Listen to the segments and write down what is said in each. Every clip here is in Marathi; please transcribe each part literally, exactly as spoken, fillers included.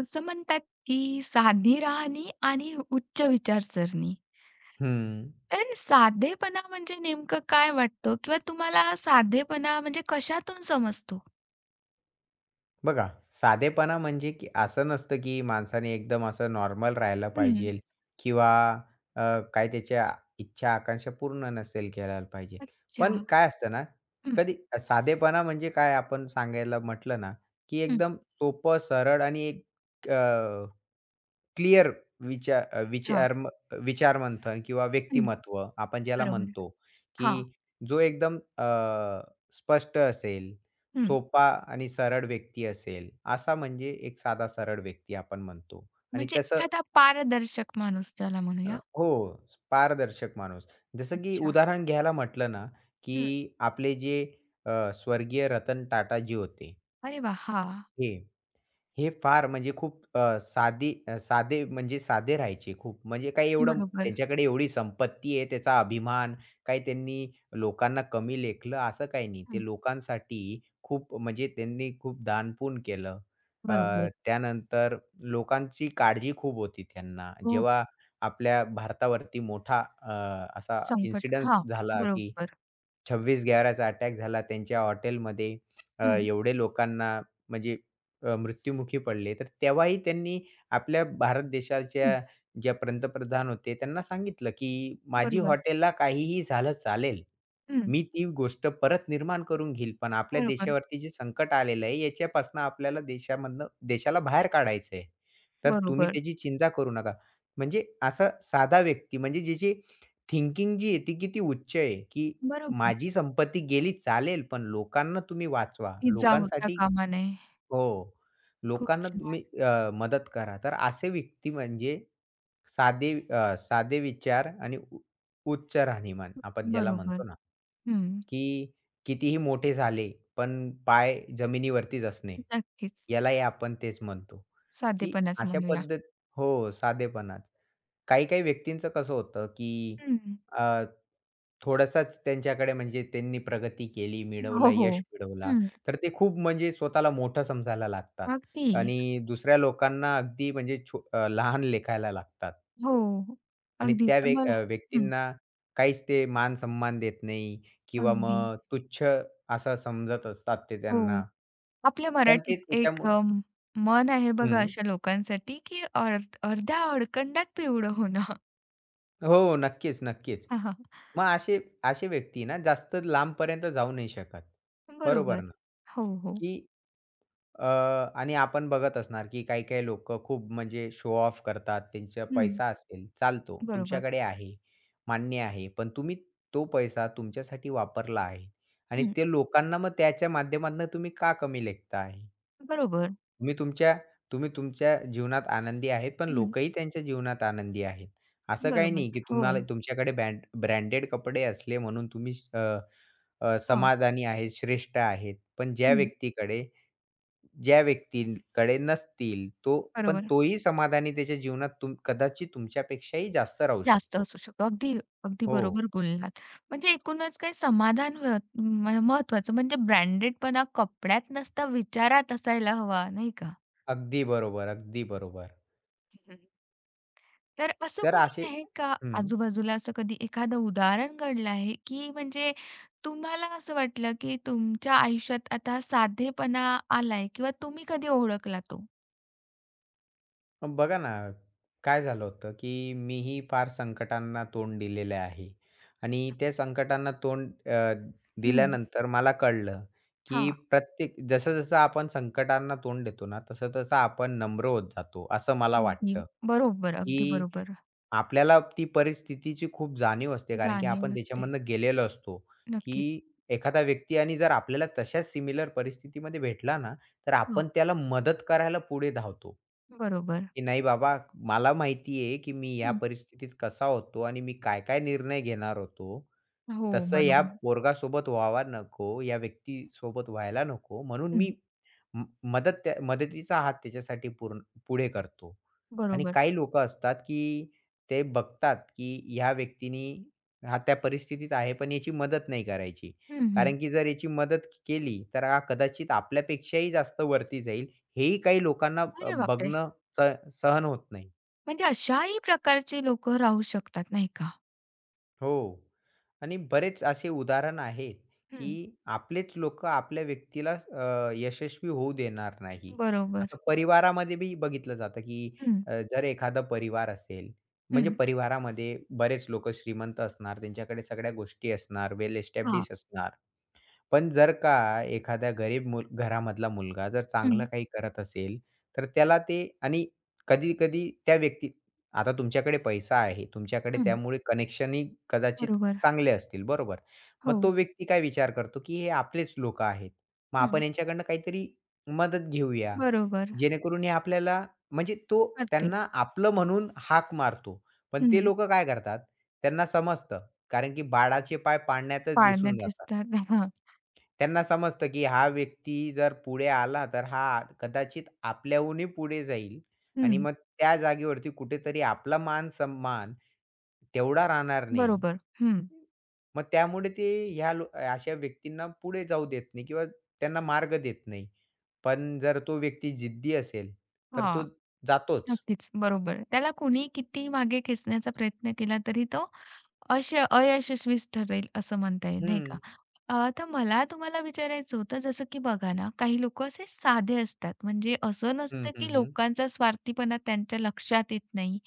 असं म्हणतात की साधी राहणी आणि उच्च विचारसरणी. हं. तर साधेपणा म्हणजे नेमकं काय वाटतं किंवा तुम्हाला साधेपणा म्हणजे कशातून समजतो? बघा साधेपणा म्हणजे की असं नसतं की माणसाने एकदम असं नॉर्मल राहिलं हं. पाहिजे किंवा अ, काय त्याच्या इच्छा आकांक्षा पूर्ण नसेल करायला पाहिजे. अच्छा. पण काय असतं ना, हं, कधी साधेपणा म्हणजे काय आपण सांगायला म्हटलं ना, की हं. एकदम सोपं, सरळ आणि एक क्लिअर विचार अ, हां. विचार विचार मंथन किंवा हं. व्यक्तिमत्व आपण ज्याला बरोबर. म्हणतो, हां. की जो एकदम अ, स्पष्ट असेल. हं. सोपा आणि सरळ व्यक्ती असेल, असा म्हणजे एक साधा सरळ व्यक्ती आपण म्हणतो आणि म्हणजे तसं एखादा पारदर्शक माणूस त्याला अ, म्हणूया. हो, पारदर्शक माणूस. जसं की अच्छा. उदाहरण घ्यायला म्हटलं ना, की हं. आपले जे अ, स्वर्गीय रतन टाटा जी होते, अरे वाह! हां. हे हे फार म्हणजे खूप अ, साधी अ, साधे म्हणजे साधे राहायचे खूप. म्हणजे काही एवढं बरोबर. त्यांच्याकडे एवढी संपत्ती आहे, त्याचा अभिमान, काही त्यांनी लोकांना कमी लेखलं असं काही नाही. हं. ते लोकांसाठी खूप म्हणजे त्यांनी खूप दानपुण्य केलं. अ, बरोबर. त्यानंतर लोकांची काळजी खूप होती त्यांना. हो. जेव्हा आपल्या भारतावरती मोठा अ, असा संकट. इन्सिडन्स हां. झाला की बरोबर. 26/11चा अटॅक झाला त्यांच्या हॉटेलमध्ये. अ, हं. एवढे लोकांना म्हणजे अ, मृत्युमुखी पडले. तर तेव्हाही त्यांनी आपल्या भारत हं. देशाच्या ज्या पंतप्रधान होते त्यांना सांगितलं, की माझी बरोबर. हॉटेलला काहीही झालं चालेल. हं. मी ती गोष्ट परत निर्माण करून घेईल. पण आपल्या बरोबर. देशावरती जे संकट आलेलं आहे याच्यापासून आपल्याला देशामधनं देशाला बाहेर काढायचं आहे. तर तुम्ही बरोबर. त्याची चिंता करू नका. म्हणजे असा साधा व्यक्ती म्हणजे ज्याची थिंकिंग जी आहे ती किती उच्च आहे, की बरोबर. माझी संपत्ती गेली चालेल, पण लोकांना तुम्ही वाचवा. इजा होता लोकांसाठी कामा नये. हो. खूप लोकांना तुम्ही छान. अ, मदत करा. तर असे व्यक्ती म्हणजे साधे अ, साधे विचार आणि उ उच्च राहणीमान आपण ज्याला म्हणतो बरोबर. ना, हं. की कितीही मोठे झाले, पण पाय जमिनीवरतीच असणे. नक्कीच. यालाही आपण तेच म्हणतो, की साधेपणाच अशा म्हणूया. पद्धत हो, साधेपणाच. काही-काही व्यक्तींचं कसं होतं, की हं. अ, थोडंसंच त्यांच्याकडे म्हणजे त्यांनी प्रगती केली, मिळवला, हो, हो. यश मिळवला, हं. तर ते खूप म्हणजे स्वतःला मोठं समजायला लागतात अगदी. आणि दुसऱ्या लोकांना अगदी म्हणजे छो अ, लहान लेखायला लागतात. हो. आणि त्या अगदीच. व्य मला अ, हं. व्यक्तींना काहीच ते मान-सन्मान देत नाही किंवा अगदी. मग तुच्छ असं समजत असतात ते हो. त्यांना. आपल्या पण मराठीत ते एक त्याच्यामुळे अ, म्हण आहे बघा हं. अशा लोकांसाठी, की अर्ध अर्ध्या अळकंडात पिवळं होणं. हो, हो, नक्कीच, नक्कीच. हां, हां. मग असे असे व्यक्ती ना जास्त लांबपर्यंत जाऊ नाही शकत. बरोबर बरोबर. ना, हो, हो. की अ, आणि आपण बघत असणार, की काही-काही लोकं खूप म्हणजे शो ऑफ करतात. त्यांचा हं. पैसा असेल, चालतो. बरोबर. तुमच्याकडे आहे, मान्य आहे. पण तुम्ही तो पैसा तुमच्यासाठी वापरला आहे आणि हं. ते लोकांना मग त्याच्या माध्यमातून तुम्ही का कमी लेखता आहे? बरोबर. तुम्ही तुमच्या तुम्ही तुमच्या जीवनात आनंदी आहेत, पण हं. लोकही त्यांच्या जीवनात आनंदी आहेत. असं काही बरोबर. नाही, की हो. तुम्हाला तुमच्याकडे बँड ब्रँडेड कपडे असले म्हणून तुम्ही अ, अ, हां. समाधानी आहेत, श्रेष्ठ आहेत. पण ज्या हं. व्यक्तीकडे ज्या व्यक्तीकडे नसतील, तो पण बरोबर. तोही समाधानी त्याच्या जीवनात तुम कदाचित तुमच्यापेक्षाही जास्त राहू जास्त शकतो. असू शकतो. अगदी, अगदी हो. बरोबर बोललात. म्हणजे एकूणच काही समाधान व्य म महत्वाचं म्हणजे ब्रँडेडपणा कपड्यात नसता विचारात असायला हवा, नाही का? अगदी बरोबर, अगदी बरोबर. हम्म. तर असं तर कोणी असे आहे का हं. आजूबाजूला असं कधी एखादं उदाहरण घडलं आहे, की म्हणजे तुम्हाला असं वाटलं, की तुमच्या आयुष्यात आता साधेपणा आलाय किंवा तुम्ही कधी ओळखला तो? मग बघा ना, काय झालं होतं, की मीही फार संकटांना तोंड दिलेलं आहे आणि त्या संकटांना तोंड अ, हं. दिल्यानंतर मला कळलं, की हां. प्रत्येक जसं-जसं आपण संकटांना तोंड देतो ना, तसं-तसं आपण नम्र होत जातो, असं मला अगदी वाटतं, बरोबर, अगदी की बरोबर. आपल्याला ती परिस्थितीची खूप जाणीव असते, कारण की जाणीव आपण असते. त्याच्यामधनं गेलेलो असतो, नक्कीच. की एखादा व्यक्ती आणि जर आपल्याला तशाच सिमिलर परिस्थितीमध्ये भेटला ना, तर हां, आपण त्याला मदत करायला पुढे धावतो. बरोबर. की नाही बाबा, मला माहिती आहे, की मी या परिस्थितीत कसा होतो आणि मी काय-काय निर्णय घेणार होतो. हो, तसं या बरोबर. पोरगासोबत व्हावा नको, या व्यक्तीसोबत व्हायला नको, म्हणून हं, मी म मदत त्या मदतीचा हात त्याच्यासाठी पूर्ण पुढे करतो. आणि बरोबर. काही लोकं असतात, की ते बघतात, की ह्या व्यक्तीनी हा त्या परिस्थितीत आहे, पण याची मदत नाही करायची. हं, हं. कारण की जर याची मदत केली, तर हा कदाचित आपल्यापेक्षाही जास्त वरती जाईल. हेही काही लोकांना अ, अरे बापरे! बघणं स सहन होत नाही. म्हणजे अशाही प्रकारचे लोकं राहू शकतात, नाही का? हो. आणि बरेच असे उदाहरण आहेत, हं, की आपलेच लोक आपल्या व्यक्तीला अ, यशस्वी होऊ देणार नाही. असं बरोबर. परिवारामध्ये बी बघितलं जातं, की हं, अ, जर एखादा परिवार असेल, म्हणजे हं. परिवारामध्ये बरेच लोकं श्रीमंत असणार, त्यांच्याकडे सगळ्या गोष्टी असणार, वेल हां. एस्टॅब्लिश असणार. पण जर का एखाद्या गरीब मुल घरामधला मुलगा जर चांगलं हं, काही करत असेल, तर त्याला ते आणि कधी-कधी त्या व्यक्ती आता तुमच्याकडे पैसा आहे, तुमच्याकडे हं. त्यामुळे कनेक्शनही कदाचित बरोबर. चांगले असतील, बरोबर? मग हो. तो व्यक्ती काय विचार करतो, की हे आपलेच लोकं आहेत. मग हं, आपण यांच्याकडनं काहीतरी मदत घेऊया, बरोबर. जेणेकरून हे आपल्याला म्हणजे तो करतील. त्यांना आपलं म्हणून हाक मारतो. पण ते हं. लोकं काय करतात, त्यांना समजतं कारण की बाळाचे पाय पाळण्यातच पाळण्यात दिसून जातात. दिसतात. हां. त्यांना समजतं, की हा व्यक्ती जर पुढे आला, तर हा कदाचित आपल्याहूनही पुढे जाईल आणि हं, मग त्या जागेवरती कुठेतरी आपला मान-सन्मान तेवढा राहणार नाही. बरोबर. हं. मग त्यामुळे ते ह्या लो अशा व्यक्तींना पुढे जाऊ देत नाही किंवा त्यांना मार्ग देत नाही. पण जर तो व्यक्ती जिद्दी असेल, तर तो हां, जातोच. नक्कीच. बरोबर. त्याला कुणीही कितीही मागे खेचण्याचा प्रयत्न केला तरी तो अश अयशस्वीच ठरेल असं म्हणता येईल, नाही का? हं. अ, तर मला तुम्हाला विचारायचं होतं जसं की बघा ना, काही लोकं असे साधे असतात. म्हणजे असं हं, नसतं हं, की हं. लोकांचा स्वार्थीपणा त्यांच्या लक्षात येत नाही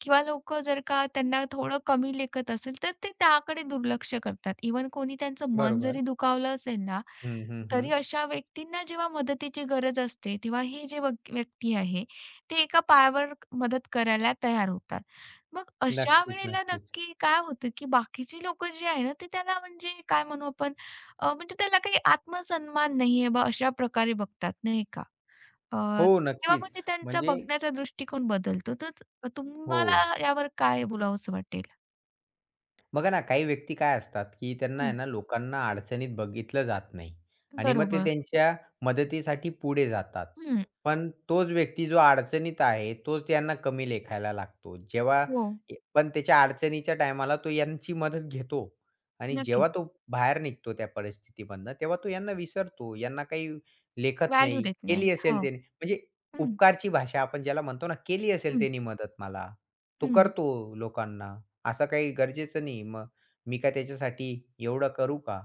किंवा लोकं जर का त्यांना थोडं कमी लेखत असेल, तर ते त्याकडे दुर्लक्ष करतात. इव्हन कोणी त्यांचं मन बरोबर. जरी दुखावलं असेल ना, हं, हं, हं. तरी अशा व्यक्तींना जेव्हा मदतीची गरज असते, तेव्हा हे जे व्यक् व्यक्ती आहे, ते एका पायावर मदत करायला तयार होतात. मग अशा नक्कीच, वेळेला नक्कीच. नक्की काय होतं, की बाकीची लोकं जी आहे ना, ते त्याला म्हणजे काय म्हणू आपण? अ, म्हणजे त्याला काही आत्मसन्मान नाहीये बा अशा प्रकारे बघतात, नाही का? अ, हो, किंवा मग नक्कीच. ते त्यांचा म्हणजे बघण्याचा दृष्टिकोन बदलतो. तरच हो. तुम्हाला यावर काय बोलावसं वाटेल? बघा ना, काही व्यक्ती काय असतात, की त्यांना आहे हं, ना हं. लोकांना अडचणीत बघितलं जात नाही आणि मग ते बरोबर. त्यांच्या मदतीसाठी पुढे जातात. हं. पण तोच व्यक्ती जो अडचणीत आहे, तोच यांना कमी लेखायला लागतो. जेव्हा हो, ए पण त्याच्या अडचणीच्या टायमाला तो यांची मदत घेतो आणि नक्कीच. जेव्हा तो बाहेर निघतो त्या परिस्थितीमधनं, तेव्हा तो यांना विसरतो. यांना काही लेखत व्हॅल्यू नाही. देत नाही. केली असेल हो. त्याने म्हणजे हं, उपकारची भाषा आपण ज्याला म्हणतो ना, केली असेल हं, त्याने मदत मला. तो हं. करतो लोकांना. असं काही गरजेचं नाही. मग मी काय त्याच्यासाठी एवढं करू का?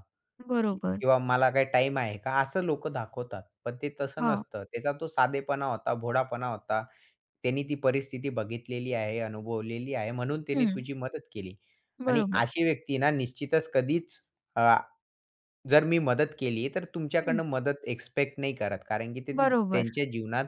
की बरोबर. किंवा मला काही टाईम आहे का? असं लोक दाखवतात. पण ते तसं हो. नसतं. त्याचा तो साधेपणा होता, भोळापणा होता. त्यांनी ती परिस्थिती बघितलेली आहे, अनुभवलेली आहे म्हणून त्यांनी हं, तुझी मदत केली. आणि बरोबर. अशी व्यक्ती ना निश्चितच कधीच जर मी मदत केली, तर हं. तुमच्याकडनं मदत एक्सपेक्ट नाही करत. कारण की ते ती बरोबर. त्यांच्या जीवनात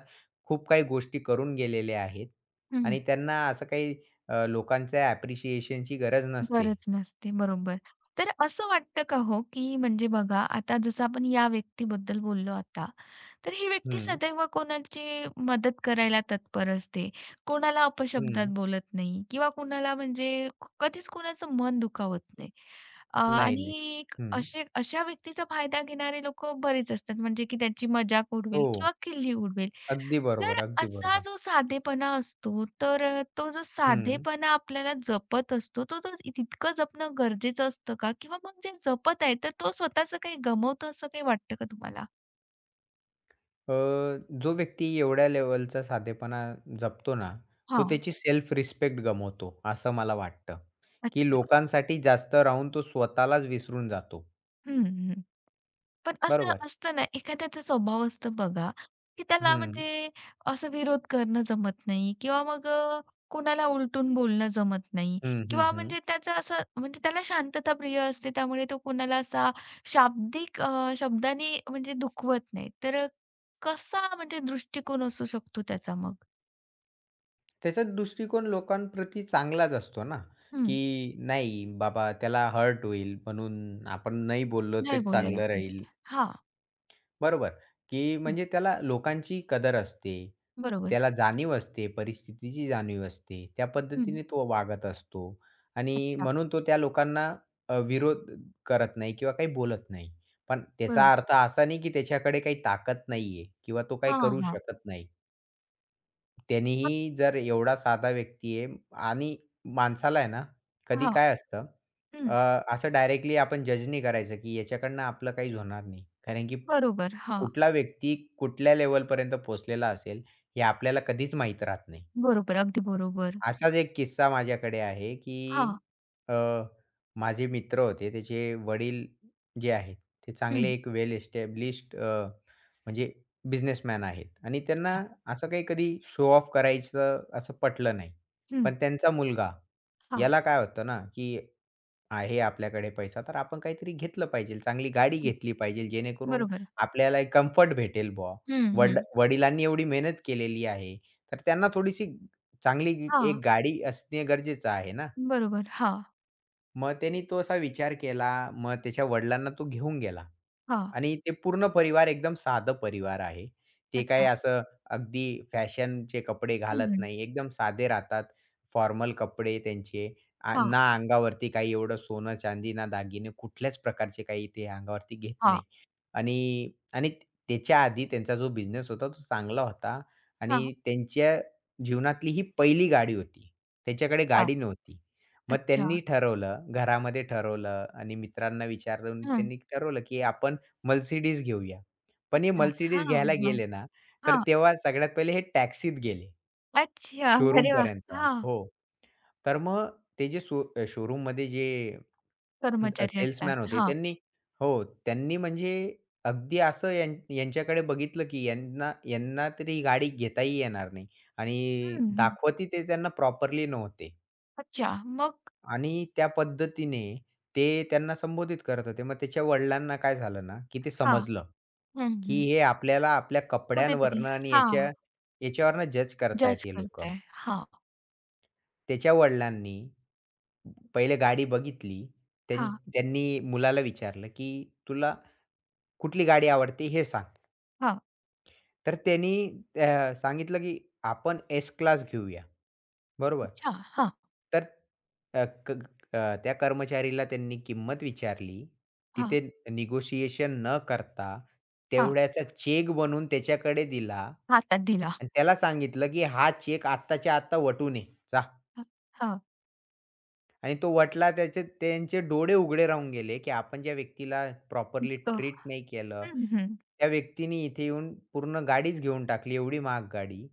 खूप काही गोष्टी करून गेलेले आहेत हं. आणि त्यांना असं काही अ, लोकांच्या ॲप्रिशिएशनची गरज नसते. गरज नसते. बरोबर. तर असं वाटतं का हो, की म्हणजे बघा आता जसं आपण या व्यक्तीबद्दल बोललो आता, तर ही व्यक्ती हं, सदैव कोणाची मदत करायला तत्पर असते. कोणाला अपशब्दात हं. बोलत नाही किंवा कोणाला म्हणजे कधीच कोणाचं मन दुखावत नाही. अ, नाही, आणि नाही. एक हं. असे अशा व्यक्तीचा फायदा घेणारे लोकं बरेच असतात म्हणजे की त्याची मजाक हो. उडवेल किंवा किल्ली उडवेल. अगदी बरोबर, तर अगदी असा बरोबर. जो साधेपणा असतो, तर अ, तो जो हं. साधेपणा आपल्याला जपत असतो, तो तो तितकं जपणं गरजेचं असतं का? किंवा मग जे जपत आहे, तर तो स्वतःचं काही गमावतो असं काही वाटतं का तुम्हाला? अ, जो व्यक्ती एवढ्या लेव्हलचा साधेपणा जपतो ना, हा, तो त्याची सेल्फ रिस्पेक्ट गमावतो, असं मला वाटतं, की अच्छा. लोकांसाठी जास्त राहून तो स्वतःलाच विसरून जातो. हं. पण असं बरोबर? असतं ना, एखाद्याचा स्वभाव असतो बघा, की त्याला हं, म्हणजे असं विरोध करणं जमत नाही किंवा मग अ, कोणाला उलटून बोलणं जमत नाही हं, हं, किंवा हं. म्हणजे त्याचा असं म्हणजे त्याला शांतता प्रिय असते. त्यामुळे तो कोणाला असा शाब्दिक अ, शब्दाने म्हणजे दुखवत नाही. तर कसा म्हणजे दृष्टिकोन असू शकतो त्याचा मग? त्याचा दृष्टिकोन लोकांप्रती चांगलाच असतो ना, हं. की नाही बाबा त्याला हर्ट होईल म्हणून आपण नाही बोललो तरी नाही बोलायला चांगलं राहील. पाहिजे. हां. बरोबर, की हं. म्हणजे त्याला लोकांची कदर असते. बरोबर. त्याला जाणीव असते, परिस्थितीची जाणीव असते. त्या हं. पद्धतीने तो वागत असतो आणि अच्छा. म्हणून तो त्या लोकांना अ, विरोध करत नाही किंवा काही बोलत नाही. पण बरोबर. त्याचा अर्थ असा नाही की त्याच्याकडे काही ताकद नाहीये किंवा तो काही हां, करू हां. शकत नाही. त्यानीही जर एवढा साधा व्यक्ती आहे आणि माणसाला आहे ना, कधी हां. काय असतं अ, हं. असं डायरेक्टली आपण जज नाही करायचं, की याच्याकडनं आपलं काहीच होणार नाही. कारण की बरोबर. हां. कुठला व्यक्ती कुठल्या लेव्हलपर्यंत पोहोचलेला असेल, हे आपल्याला कधीच माहीत राहत नाही. बरोबर. अगदी बरोबर. असाच एक किस्सा माझ्याकडे आहे, हां. की अ, माझे मित्र होते. त्याचे वडील जे आहेत, ते चांगले हं. एक वेल एस्टॅब्लिश्ड अ, म्हणजे बिझनेसमॅन आहेत आणि अच्छा. त्यांना असं काही कधी शो ऑफ करायचं असं पटलं नाही. हं. पण त्यांचा मुलगा, हां. याला काय होतं ना, की आहे आपल्याकडे पैसा, तर आपण काहीतरी घेतलं पाहिजे. चांगली गाडी हं. घेतली पाहिजे, जेणेकरून बरोबर. आपल्याला एक कम्फर्ट भेटेल बुवा. हं, वड हं. वडिलांनी एवढी मेहनत केलेली आहे, तर त्यांना थोडीशी चांगली एक हां. गाडी असणे गरजेचं आहे ना. बरोबर. हां, मग त्यांनी तो असा विचार केला. मग त्याच्या वडिलांना तो घेऊन गेला हां. आणि ते पूर्ण परिवार एकदम साधं परिवार आहे. ते काही अच्छा. असं अगदी फॅशनचे कपडे हं, घालत हं. नाही. एकदम साधे राहतात. फॉर्मल कपडे त्यांचे. आ हां, ना अंगावरती काही एवढं सोनं, चांदी, ना दागिने कुठल्याच प्रकारचे काही ते अंगावरती घेत हां, नाही. आणि आणि त्याच्या आधी त्यांचा जो बिझनेस होता तो चांगला होता हां. आणि त्यांच्या जीवनातली ही पहिली गाडी होती. त्याच्याकडे अच्छा. गाडी नव्हती. मग अच्छा. त्यांनी ठरवलं, घरामध्ये ठरवलं आणि मित्रांना विचारून हं. त्यांनी ठरवलं, की आपण Mercedes घेऊया. पण हे अच्छा. Mercedes हां, घ्यायला हां. गेले ना, तर हां. तेव्हा सगळ्यात पहिले हे टॅक्सीत गेले अच्छा. शोरूम अरे वाह! शोरूमपर्यंत. हां. हो. तर मग ते जे सो अ, शोरूममध्ये जे अ, कर्मचारी असतात. सेल्समॅन होते हां. त्यांनी हो, त्यांनी म्हणजे अगदी असं यां यांच्याकडे बघितलं, की यांना यांना तरी ही गाडी घेताही येणार नाही आणि हं, हं. दाखवत ते त्यांना प्रॉपरली नव्हते. अच्छा. मग आणि त्या पद्धतीने ते त्यांना संबोधित करत होते. मग त्याच्या वडिलांना काय झालं ना, की ते हां. समजलं, हं, की हं. हे आपल्याला आपल्या कुठेतरी कपड्यांवरनं आणि हां. याच्या याच्यावरनं जज जज करतायत हे लोकं. करताय. हां, त्याच्या वडिलांनी पहिले गाडी बघितली. त्यां हां, त्यांनी मुलाला विचारलं, की "तुला कुठली गाडी आवडते हे सांग." हां. तर त्यांनी अ, सांगितलं की आपण एस क्लास घेऊया. बरोबर. अच्छा. हां, तर अ, क अ, त्या कर्मचारीला त्यांनी किंमत विचारली. हां, तिथे निगोशिएशन न करता हां. तेवढ्याचा चेक बनवून त्याच्याकडे दिला हातात दिला. आणि त्याला सांगितलं की हा चेक आत्ताच्या आत्ता वटू नये. जा. हां, हां. आणि तो वटला त्याचे त्यांचे डोळे उघडे राहून गेले, की आपण ज्या व्यक्तीला प्रॉपरली इतकं ट्रीट नाही केलं, हं, हं. त्या व्यक्तीने इथे येऊन पूर्ण गाडीच घेऊन टाकली, एवढी महाग गाडी.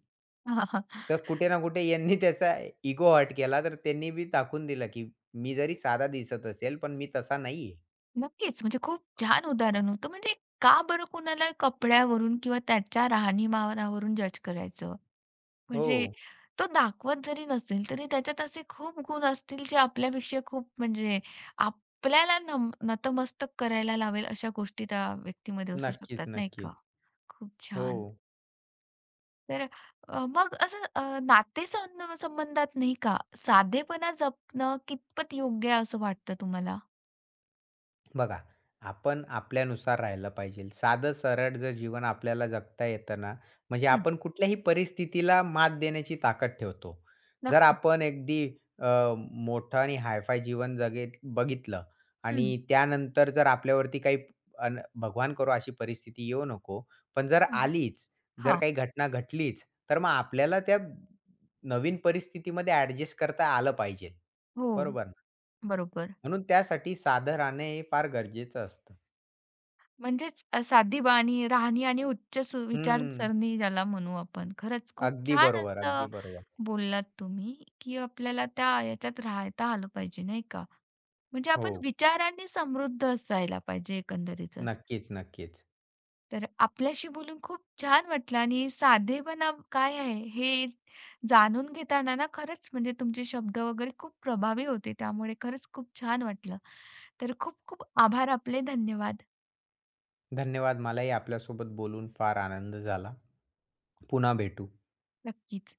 हां, हां. तर कुठे ना कुठे यांनी त्याचा इगो हर्ट केला, तर त्यांनी बी दाखवून दिलं, की मी जरी साधा दिसत असेल, पण मी तसा नाहीये. नक्कीच. म्हणजे खूप छान उदाहरण होतं. म्हणजे का बरं कुणाला कपड्यावरून किंवा त्याच्या राहणीमानावरून जज करायचं? हो. म्हणजे तो दाखवत जरी नसेल, तरी त्याच्यात असे खूप गुण असतील जे आपल्यापेक्षा खूप म्हणजे आपल्याला नम नतमस्तक करायला लावेल अशा गोष्टी त्या व्यक्तीमध्ये असू नक्कीच, शकतात, नाही का? नक्कीच. खूप हो. छान. तर अ, मग असं अ, नातेसं संबंधात नाही का साधेपणा जपणं कितपत योग्य आहे असं वाटतं तुम्हाला? बघा, आपण आपल्यानुसार राहिलं पाहिजे. साधं सरळ जर जीवन आपल्याला जगता येतं ना, म्हणजे हं, आपण कुठल्याही परिस्थितीला मात देण्याची ताकद ठेवतो. जर नक्कीच. आपण अगदी अ, मोठं आणि हाय जीवन जगेत बघितलं हं. आणि त्यानंतर जर आपल्यावरती काही अन भगवान करो अशी परिस्थिती येऊ नको. पण जर हं. आलीच, जर हां. काही घटना घडलीच, तर मग आपल्याला त्या नवीन परिस्थितीमध्ये ॲडजस्ट करता आलं पाहिजे. हो. बरोबर ना? बरोबर. म्हणून त्यासाठी साधं राहणं हे फार गरजेचं असतं. म्हणजेच अ, साधी बाणी, राहणी आणि उच्च सु हं. विचारसरणी ज्याला म्हणू आपण. खरंच खूप अगदी छान बरोबर, अगदी असं बरोबर. बोललात तुम्ही, की आपल्याला त्या याच्यात राहता आलं पाहिजे, नाही का? म्हणजे हो. आपण विचारांनी समृद्ध असायला पाहिजे एकंदरीतच. नक्कीच, नक्कीच. तर आपल्याशी बोलून खूप छान वाटलं आणि साधेपणा काय आहे हे जाणून घेताना ना, खरंच म्हणजे तुमचे शब्द वगैरे खूप प्रभावी होते. त्यामुळे खरंच खूप छान वाटलं. तर खूप खूप आभार आपले. धन्यवाद. धन्यवाद. मलाही आपल्यासोबत बोलून फार आनंद झाला. पुन्हा भेटू. नक्कीच.